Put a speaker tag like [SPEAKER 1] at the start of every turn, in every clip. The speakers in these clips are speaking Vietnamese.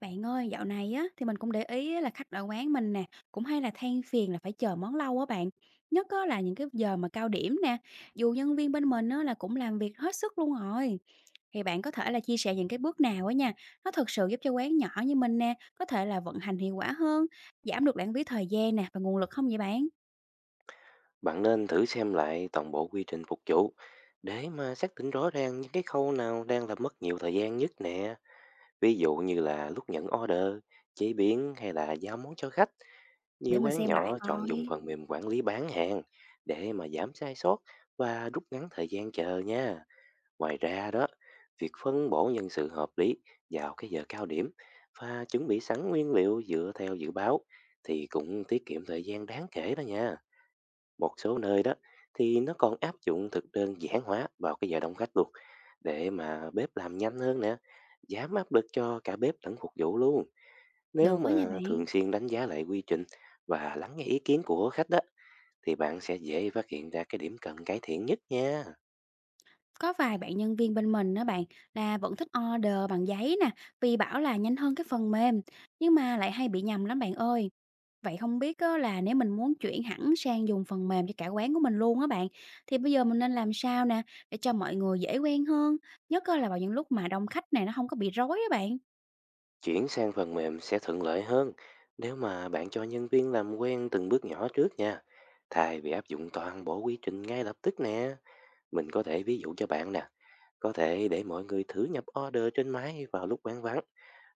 [SPEAKER 1] Bạn ơi, dạo này á thì mình cũng để ý á là khách ở quán mình nè, cũng hay là than phiền là phải chờ món lâu á bạn. Nhất á là những cái giờ mà cao điểm nè, dù nhân viên bên mình á là cũng làm việc hết sức luôn rồi. Thì bạn có thể là chia sẻ những cái bước nào á nha, nó thực sự giúp cho quán nhỏ như mình nè, có thể là vận hành hiệu quả hơn, giảm được lãng phí thời gian nè và nguồn lực không vậy bạn?
[SPEAKER 2] Bạn nên thử xem lại toàn bộ quy trình phục vụ để mà xác định rõ ràng những cái khâu nào đang là mất nhiều thời gian nhất nè. Ví dụ như là lúc nhận order, chế biến hay là giao món cho khách.
[SPEAKER 1] Để
[SPEAKER 2] Nhiều
[SPEAKER 1] mình
[SPEAKER 2] quán
[SPEAKER 1] xem lại
[SPEAKER 2] nhỏ chọn dùng
[SPEAKER 1] coi.
[SPEAKER 2] phần mềm quản lý bán hàng để mà giảm sai sót và rút ngắn thời gian chờ nha. Ngoài ra đó, việc phân bổ nhân sự hợp lý vào cái giờ cao điểm và chuẩn bị sẵn nguyên liệu dựa theo dự báo thì cũng tiết kiệm thời gian đáng kể đó nha. Một số nơi đó thì nó còn áp dụng thực đơn giản hóa vào cái giờ đông khách luôn, để mà bếp làm nhanh hơn nè, giảm áp lực cho cả bếp lẫn phục vụ luôn. Nếu
[SPEAKER 1] Được á nha
[SPEAKER 2] mà
[SPEAKER 1] bạn.
[SPEAKER 2] thường xuyên đánh giá lại quy trình và lắng nghe ý kiến của khách đó, thì bạn sẽ dễ phát hiện ra cái điểm cần cải thiện nhất nha.
[SPEAKER 1] Có vài bạn nhân viên bên mình đó bạn là vẫn thích order bằng giấy nè, vì bảo là nhanh hơn cái phần mềm, nhưng mà lại hay bị nhầm lắm bạn ơi. Vậy không biết á, là nếu mình muốn chuyển hẳn sang dùng phần mềm cho cả quán của mình luôn á bạn, thì bây giờ mình nên làm sao nè để cho mọi người dễ quen hơn, nhất á là vào những lúc mà đông khách này nó không có bị rối á bạn.
[SPEAKER 2] Chuyển sang phần mềm sẽ thuận lợi hơn nếu mà bạn cho nhân viên làm quen từng bước nhỏ trước nha, thay vì áp dụng toàn bộ quy trình ngay lập tức nè. Mình có thể ví dụ cho bạn nè. Có thể để mọi người thử nhập order trên máy vào lúc quán vắng,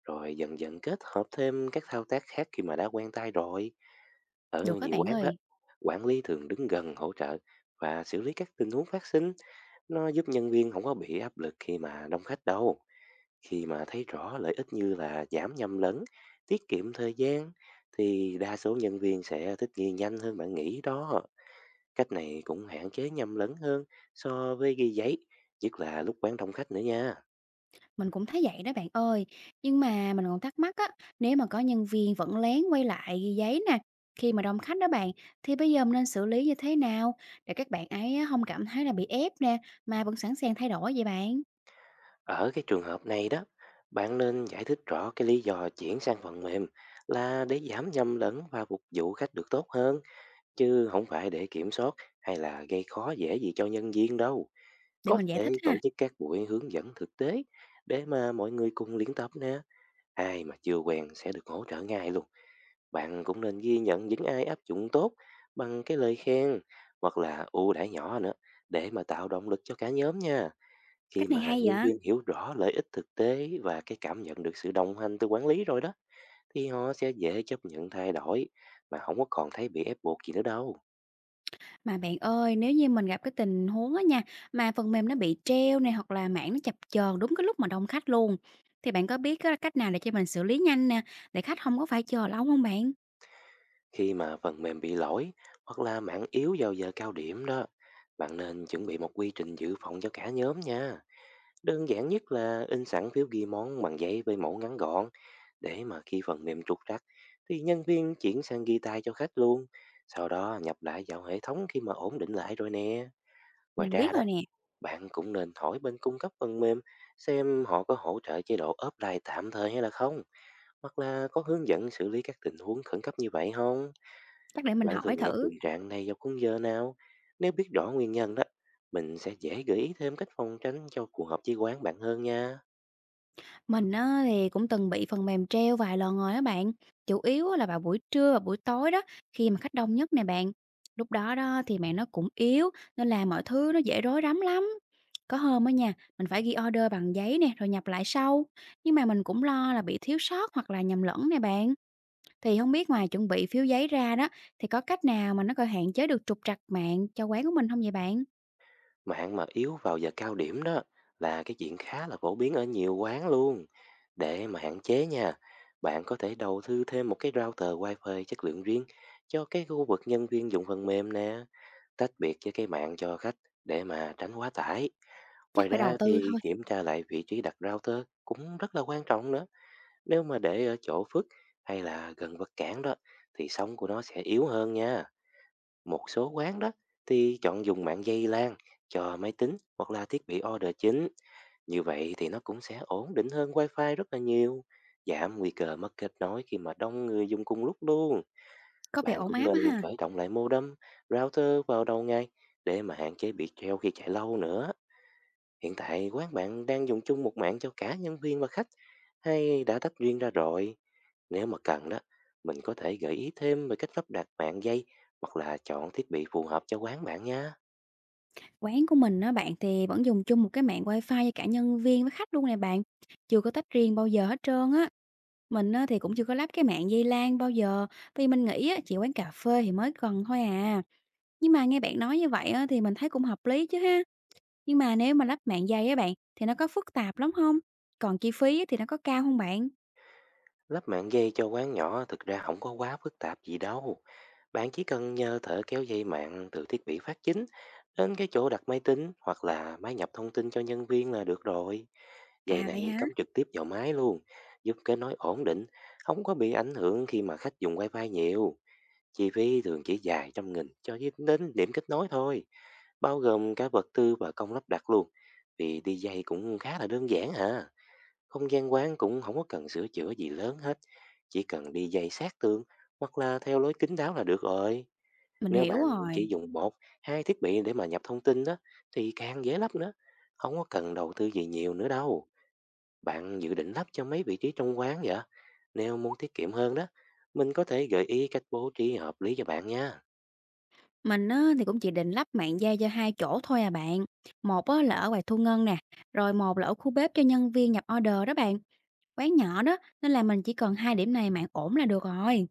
[SPEAKER 2] rồi dần dần kết hợp thêm các thao tác khác khi mà đã quen tay rồi. Ở
[SPEAKER 1] Được các
[SPEAKER 2] nhiều
[SPEAKER 1] bạn
[SPEAKER 2] quán đó,
[SPEAKER 1] ơi.
[SPEAKER 2] quản lý thường đứng gần hỗ trợ và xử lý các tình huống phát sinh. Nó giúp nhân viên không có bị áp lực khi mà đông khách đâu. Khi mà thấy rõ lợi ích như là giảm nhầm lẫn, tiết kiệm thời gian, thì đa số nhân viên sẽ thích nghi nhanh hơn bạn nghĩ đó. Cách này cũng hạn chế nhầm lẫn hơn so với ghi giấy, nhất là lúc quán đông khách nữa nha.
[SPEAKER 1] Mình cũng thấy vậy đó bạn ơi. Nhưng mà mình còn thắc mắc á, nếu mà có nhân viên vẫn lén quay lại ghi giấy nè, khi mà đông khách đó bạn, thì bây giờ mình nên xử lý như thế nào để các bạn ấy á, không cảm thấy là bị ép nè, mà vẫn sẵn sàng thay đổi vậy bạn?
[SPEAKER 2] Ở cái trường hợp này đó, bạn nên giải thích rõ cái lý do chuyển sang phần mềm là để giảm nhầm lẫn và phục vụ khách được tốt hơn, chứ không phải để kiểm soát hay là gây khó dễ gì cho nhân viên đâu.
[SPEAKER 1] Để
[SPEAKER 2] Có
[SPEAKER 1] mình giải thích
[SPEAKER 2] thể tổ
[SPEAKER 1] ha.
[SPEAKER 2] chức các buổi hướng dẫn thực tế để mà mọi người cùng luyện tập nè. Ai mà chưa quen sẽ được hỗ trợ ngay luôn. Bạn cũng nên ghi nhận những ai áp dụng tốt bằng cái lời khen hoặc là ưu đãi nhỏ nữa, để mà tạo động lực cho cả nhóm nha. Khi
[SPEAKER 1] Cách này
[SPEAKER 2] mà
[SPEAKER 1] hay
[SPEAKER 2] nhân
[SPEAKER 1] vậy.
[SPEAKER 2] viên hiểu rõ lợi ích thực tế và cái cảm nhận được sự đồng hành từ quản lý rồi đó, thì họ sẽ dễ chấp nhận thay đổi mà không có còn thấy bị ép buộc gì nữa đâu.
[SPEAKER 1] Mà bạn ơi, nếu như mình gặp cái tình huống á nha, mà phần mềm nó bị treo này hoặc là mạng nó chập chờn đúng cái lúc mà đông khách luôn, thì bạn có biết cái cách nào để cho mình xử lý nhanh nè, để khách không có phải chờ lâu không bạn?
[SPEAKER 2] Khi mà phần mềm bị lỗi hoặc là mạng yếu vào giờ cao điểm đó, bạn nên chuẩn bị một quy trình dự phòng cho cả nhóm nha. Đơn giản nhất là in sẵn phiếu ghi món bằng giấy với mẫu ngắn gọn, để mà khi phần mềm trục trặc thì nhân viên chuyển sang ghi tay cho khách luôn. Sau đó nhập lại vào hệ thống khi mà ổn định lại rồi nè. Ngoài
[SPEAKER 1] Mình
[SPEAKER 2] ra
[SPEAKER 1] biết
[SPEAKER 2] đó,
[SPEAKER 1] rồi nè,
[SPEAKER 2] bạn cũng nên hỏi bên cung cấp phần mềm xem họ có hỗ trợ chế độ offline tạm thời hay là không, hoặc là có hướng dẫn xử lý các tình huống khẩn cấp như vậy không?
[SPEAKER 1] chắc để mình
[SPEAKER 2] Bạn
[SPEAKER 1] hỏi
[SPEAKER 2] thường gặp
[SPEAKER 1] thử.
[SPEAKER 2] tình trạng này vào khung giờ nào? Nếu biết rõ nguyên nhân đó, mình sẽ dễ gợi ý thêm cách phòng tránh cho phù hợp với quán bạn hơn nha.
[SPEAKER 1] Mình á thì cũng từng bị phần mềm treo vài lần rồi á bạn, chủ yếu á là vào buổi trưa và buổi tối đó, khi mà khách đông nhất nè bạn. Lúc đó đó thì mạng nó cũng yếu, nên là mọi thứ nó dễ rối rắm lắm. Có hôm á nha, mình phải ghi order bằng giấy nè, rồi nhập lại sau. Nhưng mà mình cũng lo là bị thiếu sót hoặc là nhầm lẫn nè bạn. Thì không biết ngoài chuẩn bị phiếu giấy ra đó, thì có cách nào mà nó có hạn chế được trục trặc mạng cho quán của mình không vậy bạn?
[SPEAKER 2] Mạng mà yếu vào giờ cao điểm đó là cái chuyện khá là phổ biến ở nhiều quán luôn. Để mà hạn chế nha, bạn có thể đầu tư thêm một cái router wifi chất lượng riêng cho cái khu vực nhân viên dùng phần mềm nè, tách biệt với cái mạng cho khách, để mà tránh quá tải.
[SPEAKER 1] Chắc
[SPEAKER 2] Ngoài
[SPEAKER 1] phải đầu
[SPEAKER 2] ra
[SPEAKER 1] tư
[SPEAKER 2] thì
[SPEAKER 1] thôi,
[SPEAKER 2] kiểm tra lại vị trí đặt router cũng rất là quan trọng nữa. Nếu mà để ở chỗ phức hay là gần vật cản đó, thì sóng của nó sẽ yếu hơn nha. Một số quán đó thì chọn dùng mạng dây LAN cho máy tính hoặc là thiết bị order chính. Như vậy thì nó cũng sẽ ổn định hơn wifi rất là nhiều, giảm nguy cơ mất kết nối khi mà đông người dùng cùng lúc luôn.
[SPEAKER 1] có vẻ
[SPEAKER 2] Bạn
[SPEAKER 1] ổn
[SPEAKER 2] cũng
[SPEAKER 1] áp á
[SPEAKER 2] nên
[SPEAKER 1] ha.
[SPEAKER 2] khởi động lại modem, router vào đầu ngày để mà hạn chế bị treo khi chạy lâu nữa. Hiện tại quán bạn đang dùng chung một mạng cho cả nhân viên và khách, hay đã tách riêng ra rồi? Nếu mà cần đó, mình có thể gợi ý thêm về cách lắp đặt mạng dây hoặc là chọn thiết bị phù hợp cho quán bạn nha.
[SPEAKER 1] Quán của mình á bạn thì vẫn dùng chung một cái mạng wifi cho cả nhân viên với khách luôn nè bạn. Chưa có tách riêng bao giờ hết trơn á. Mình á thì cũng chưa có lắp cái mạng dây LAN bao giờ. Vì mình nghĩ á, chỉ quán cà phê thì mới cần thôi à. Nhưng mà nghe bạn nói như vậy á, thì mình thấy cũng hợp lý chứ ha. Nhưng mà nếu mà lắp mạng dây á bạn thì nó có phức tạp lắm không? Còn chi phí á, thì nó có cao không bạn?
[SPEAKER 2] Lắp mạng dây cho quán nhỏ thực ra không có quá phức tạp gì đâu. Bạn chỉ cần nhờ thợ kéo dây mạng từ thiết bị phát chính đến cái chỗ đặt máy tính hoặc là máy nhập thông tin cho nhân viên là được rồi. Dây
[SPEAKER 1] À
[SPEAKER 2] này
[SPEAKER 1] vậy hả?
[SPEAKER 2] cắm trực tiếp vào máy luôn, giúp kết nối ổn định, không có bị ảnh hưởng khi mà khách dùng wifi nhiều. Chi phí thường chỉ vài trăm nghìn cho đến đến điểm kết nối thôi, bao gồm cả vật tư và công lắp đặt luôn. Vì đi dây cũng khá là đơn giản hả? Không gian quán cũng không có cần sửa chữa gì lớn hết, chỉ cần đi dây sát tường hoặc là theo lối kính đáo là được rồi.
[SPEAKER 1] Mình
[SPEAKER 2] Nếu
[SPEAKER 1] hiểu
[SPEAKER 2] bạn chỉ
[SPEAKER 1] rồi.
[SPEAKER 2] dùng một, hai thiết bị để mà nhập thông tin đó, thì càng dễ lắp nữa. Không có cần đầu tư gì nhiều nữa đâu. Bạn dự định lắp cho mấy vị trí trong quán vậy? Nếu muốn tiết kiệm hơn đó, mình có thể gợi ý cách bố trí hợp lý cho bạn nha.
[SPEAKER 1] Mình á, thì cũng chỉ định lắp mạng dây cho hai chỗ thôi à bạn. Một á, là ở quầy thu ngân nè, rồi một là ở khu bếp cho nhân viên nhập order đó bạn. Quán nhỏ đó, nên là mình chỉ cần 2 điểm này mạng ổn là được rồi.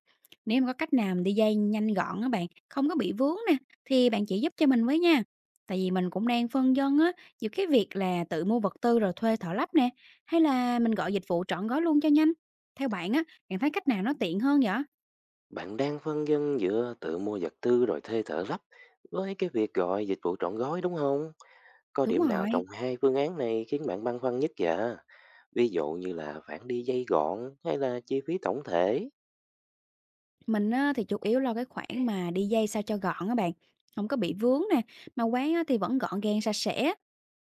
[SPEAKER 1] Nếu mà có cách nào mà đi dây nhanh gọn á bạn, không có bị vướng nè, thì bạn chỉ giúp cho mình với nha. Tại vì mình cũng đang phân vân á, giữa cái việc là tự mua vật tư rồi thuê thợ lắp nè, hay là mình gọi dịch vụ trọn gói luôn cho nhanh. Theo bạn á, bạn thấy cách nào nó tiện hơn vậy?
[SPEAKER 2] Bạn đang phân vân giữa tự mua vật tư rồi thuê thợ lắp với cái việc gọi dịch vụ trọn gói đúng không? Có
[SPEAKER 1] Đúng
[SPEAKER 2] điểm nào
[SPEAKER 1] rồi.
[SPEAKER 2] trong hai phương án này khiến bạn băn khoăn nhất vậy? Ví dụ như là phản đi dây gọn hay là chi phí tổng thể?
[SPEAKER 1] Mình á, thì chủ yếu lo cái khoản mà đi dây sao cho gọn á bạn, không có bị vướng nè, mà quán á, thì vẫn gọn gàng, sạch sẽ.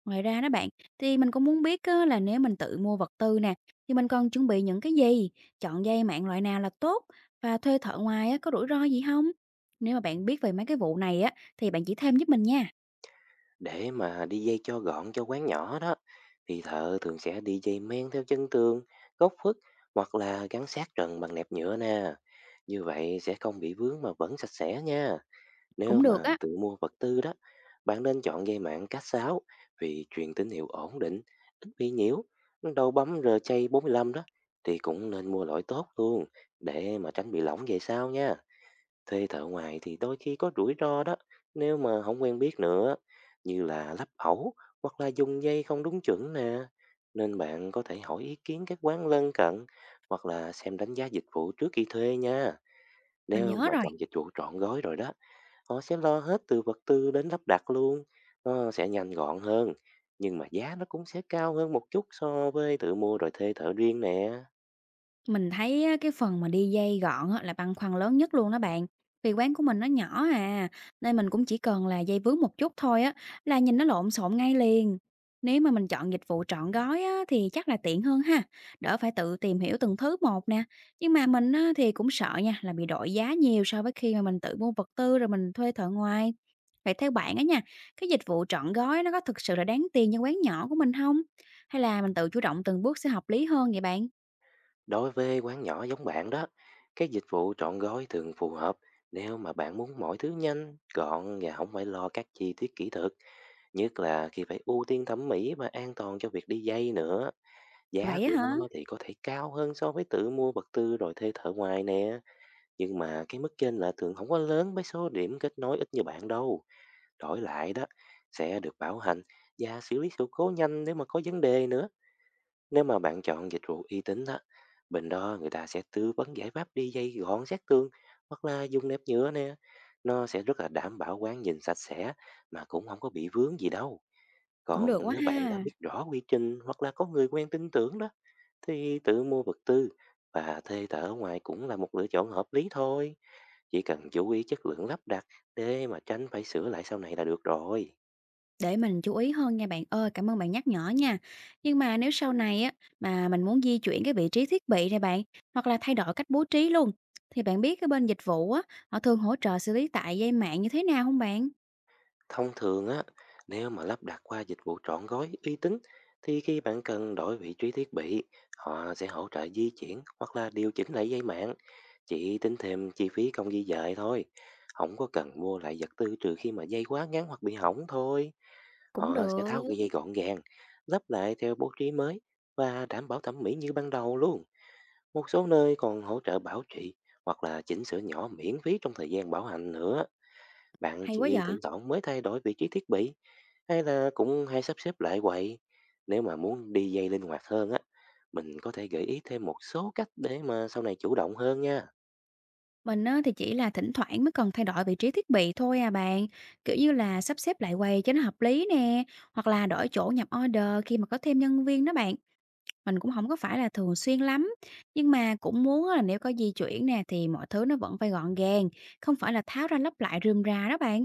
[SPEAKER 1] Ngoài ra đó bạn, thì mình cũng muốn biết á, là nếu mình tự mua vật tư nè, thì mình còn chuẩn bị những cái gì? Chọn dây mạng loại nào là tốt? Và thuê thợ ngoài á, có rủi ro gì không? Nếu mà bạn biết về mấy cái vụ này á, thì bạn chỉ thêm giúp mình nha.
[SPEAKER 2] Để mà đi dây cho gọn cho quán nhỏ đó, thì thợ thường sẽ đi dây men theo chân tường, góc khuất hoặc là gắn sát trần bằng nẹp nhựa nè. Như vậy sẽ không bị vướng mà vẫn sạch sẽ nha. Nếu
[SPEAKER 1] Cũng được
[SPEAKER 2] mà
[SPEAKER 1] á,
[SPEAKER 2] tự mua vật tư đó, bạn nên chọn dây mạng cáp sáo vì truyền tín hiệu ổn định, ít bị nhiễu. Đầu bấm RJ45 đó thì cũng nên mua loại tốt luôn, để mà tránh bị lỏng về sau nha. Thuê thợ ngoài thì đôi khi có rủi ro đó, nếu mà không quen biết nữa, như là lắp ẩu hoặc là dùng dây không đúng chuẩn nè. Nên bạn có thể hỏi ý kiến các quán lân cận hoặc là xem đánh giá dịch vụ trước khi thuê nha.
[SPEAKER 1] mình
[SPEAKER 2] Nếu
[SPEAKER 1] nhớ
[SPEAKER 2] mà
[SPEAKER 1] rồi.
[SPEAKER 2] chọn dịch vụ trọn gói rồi đó, họ sẽ lo hết từ vật tư đến lắp đặt luôn. Nó sẽ nhanh gọn hơn, nhưng mà giá nó cũng sẽ cao hơn một chút so với tự mua rồi thuê thợ riêng nè.
[SPEAKER 1] Mình thấy á, cái phần mà đi dây gọn á, là băn khoăn lớn nhất luôn đó bạn. Vì quán của mình nó nhỏ à, nên mình cũng chỉ cần là dây vướng một chút thôi á, là nhìn nó lộn xộn ngay liền. Nếu mà mình chọn dịch vụ trọn gói á, thì chắc là tiện hơn ha, đỡ phải tự tìm hiểu từng thứ một nè. Nhưng mà mình á, thì cũng sợ nha, là bị đội giá nhiều so với khi mà mình tự mua vật tư rồi mình thuê thợ ngoài. Vậy theo bạn á nha, cái dịch vụ trọn gói nó có thực sự là đáng tiền như quán nhỏ của mình không? Hay là mình tự chủ động từng bước sẽ hợp lý hơn vậy bạn?
[SPEAKER 2] Đối với quán nhỏ giống bạn đó, các dịch vụ trọn gói thường phù hợp nếu mà bạn muốn mọi thứ nhanh, gọn và không phải lo các chi tiết kỹ thuật, nhất là khi phải ưu tiên thẩm mỹ và an toàn cho việc đi dây nữa. Giá
[SPEAKER 1] Vậy á
[SPEAKER 2] của
[SPEAKER 1] hả?
[SPEAKER 2] nó thì có thể cao hơn so với tự mua vật tư rồi thuê thợ ngoài nè, nhưng mà cái mức trên là thường không có lớn với số điểm kết nối ít như bạn đâu. Đổi lại đó, sẽ được bảo hành và xử lý sự cố nhanh nếu mà có vấn đề nữa. Nếu mà bạn chọn dịch vụ uy tín á, bên đó người ta sẽ tư vấn giải pháp đi dây gọn sát tường hoặc là dùng nẹp nhựa nè. Nó sẽ rất là đảm bảo quán nhìn sạch sẽ mà cũng không có bị vướng gì đâu.
[SPEAKER 1] Cũng
[SPEAKER 2] Còn
[SPEAKER 1] được quá
[SPEAKER 2] nếu bạn đã
[SPEAKER 1] ha,
[SPEAKER 2] biết rõ quy trình hoặc là có người quen tin tưởng đó, thì tự mua vật tư và thuê thợ ở ngoài cũng là một lựa chọn hợp lý thôi. Chỉ cần chú ý chất lượng lắp đặt để mà tránh phải sửa lại sau này là được rồi.
[SPEAKER 1] để mình chú ý hơn nha bạn ơi, cảm ơn bạn nhắc nhở nha. Nhưng mà nếu sau này á mà mình muốn di chuyển cái vị trí thiết bị này bạn, hoặc là thay đổi cách bố trí luôn, thì bạn biết cái bên dịch vụ á, họ thường hỗ trợ xử lý tại dây mạng như thế nào không bạn?
[SPEAKER 2] Thông thường á, nếu mà lắp đặt qua dịch vụ trọn gói uy tín thì khi bạn cần đổi vị trí thiết bị, họ sẽ hỗ trợ di chuyển hoặc là điều chỉnh lại dây mạng, chỉ tính thêm chi phí công di dời thôi. Không có cần mua lại vật tư trừ khi mà dây quá ngắn hoặc bị hỏng thôi.
[SPEAKER 1] Cũng
[SPEAKER 2] Họ sẽ
[SPEAKER 1] được,
[SPEAKER 2] tháo cái dây gọn gàng, lắp lại theo bố trí mới và đảm bảo thẩm mỹ như ban đầu luôn. Một số nơi còn hỗ trợ bảo trì hoặc là chỉnh sửa nhỏ miễn phí trong thời gian bảo hành nữa. Bạn
[SPEAKER 1] hay quá
[SPEAKER 2] chị
[SPEAKER 1] vậy.
[SPEAKER 2] thỉnh thoảng mới thay đổi vị trí thiết bị, hay là cũng hay sắp xếp lại quậy? Nếu mà muốn đi dây linh hoạt hơn á, mình có thể gợi ý thêm một số cách để mà sau này chủ động hơn nha.
[SPEAKER 1] Mình á, thì chỉ là thỉnh thoảng mới cần thay đổi vị trí thiết bị thôi à bạn, kiểu như là sắp xếp lại quầy cho nó hợp lý nè, hoặc là đổi chỗ nhập order khi mà có thêm nhân viên đó bạn. Mình cũng không có phải là thường xuyên lắm, nhưng mà cũng muốn á là nếu có di chuyển nè thì mọi thứ nó vẫn phải gọn gàng, không phải là tháo ra lắp lại rườm rà đó bạn.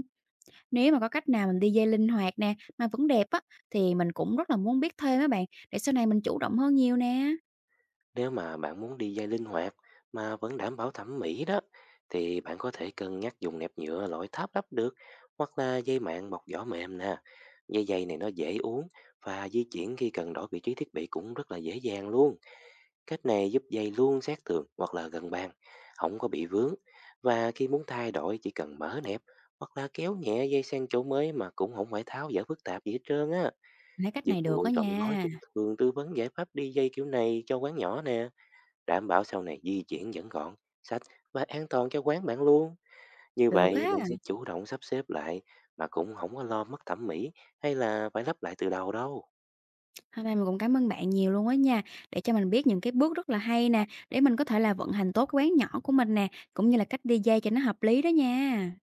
[SPEAKER 1] Nếu mà có cách nào mình đi dây linh hoạt nè, mà vẫn đẹp á, thì mình cũng rất là muốn biết thêm á bạn, để sau này mình chủ động hơn nhiều nè.
[SPEAKER 2] Nếu mà bạn muốn đi dây linh hoạt mà vẫn đảm bảo thẩm mỹ đó, thì bạn có thể cân nhắc dùng nẹp nhựa loại tháp đắp được hoặc là dây mạng bọc vỏ mềm nè. Dây dày này nó dễ uống và di chuyển khi cần đổi vị trí thiết bị cũng rất là dễ dàng luôn. Cách này giúp dây luôn sát tường hoặc là gần bàn, không có bị vướng. Và khi muốn thay đổi chỉ cần mở nẹp hoặc là kéo nhẹ dây sang chỗ mới mà cũng không phải tháo dỡ phức tạp gì hết trơn á.
[SPEAKER 1] Mình thấy cách
[SPEAKER 2] Dịch
[SPEAKER 1] này được
[SPEAKER 2] vụ
[SPEAKER 1] á
[SPEAKER 2] trọn gói
[SPEAKER 1] nha,
[SPEAKER 2] cũng thường tư vấn giải pháp đi dây kiểu này cho quán nhỏ nè, đảm bảo sau này di chuyển vẫn gọn, sạch và an toàn cho quán bạn luôn. Như
[SPEAKER 1] được
[SPEAKER 2] vậy
[SPEAKER 1] á.
[SPEAKER 2] bạn sẽ chủ động sắp xếp lại mà cũng không có lo mất thẩm mỹ hay là phải lắp lại từ đầu đâu.
[SPEAKER 1] Hôm nay mình cũng cảm ơn bạn nhiều luôn á nha, để cho mình biết những cái bước rất là hay nè, để mình có thể là vận hành tốt cái quán nhỏ của mình nè, cũng như là cách đi dây cho nó hợp lý đó nha.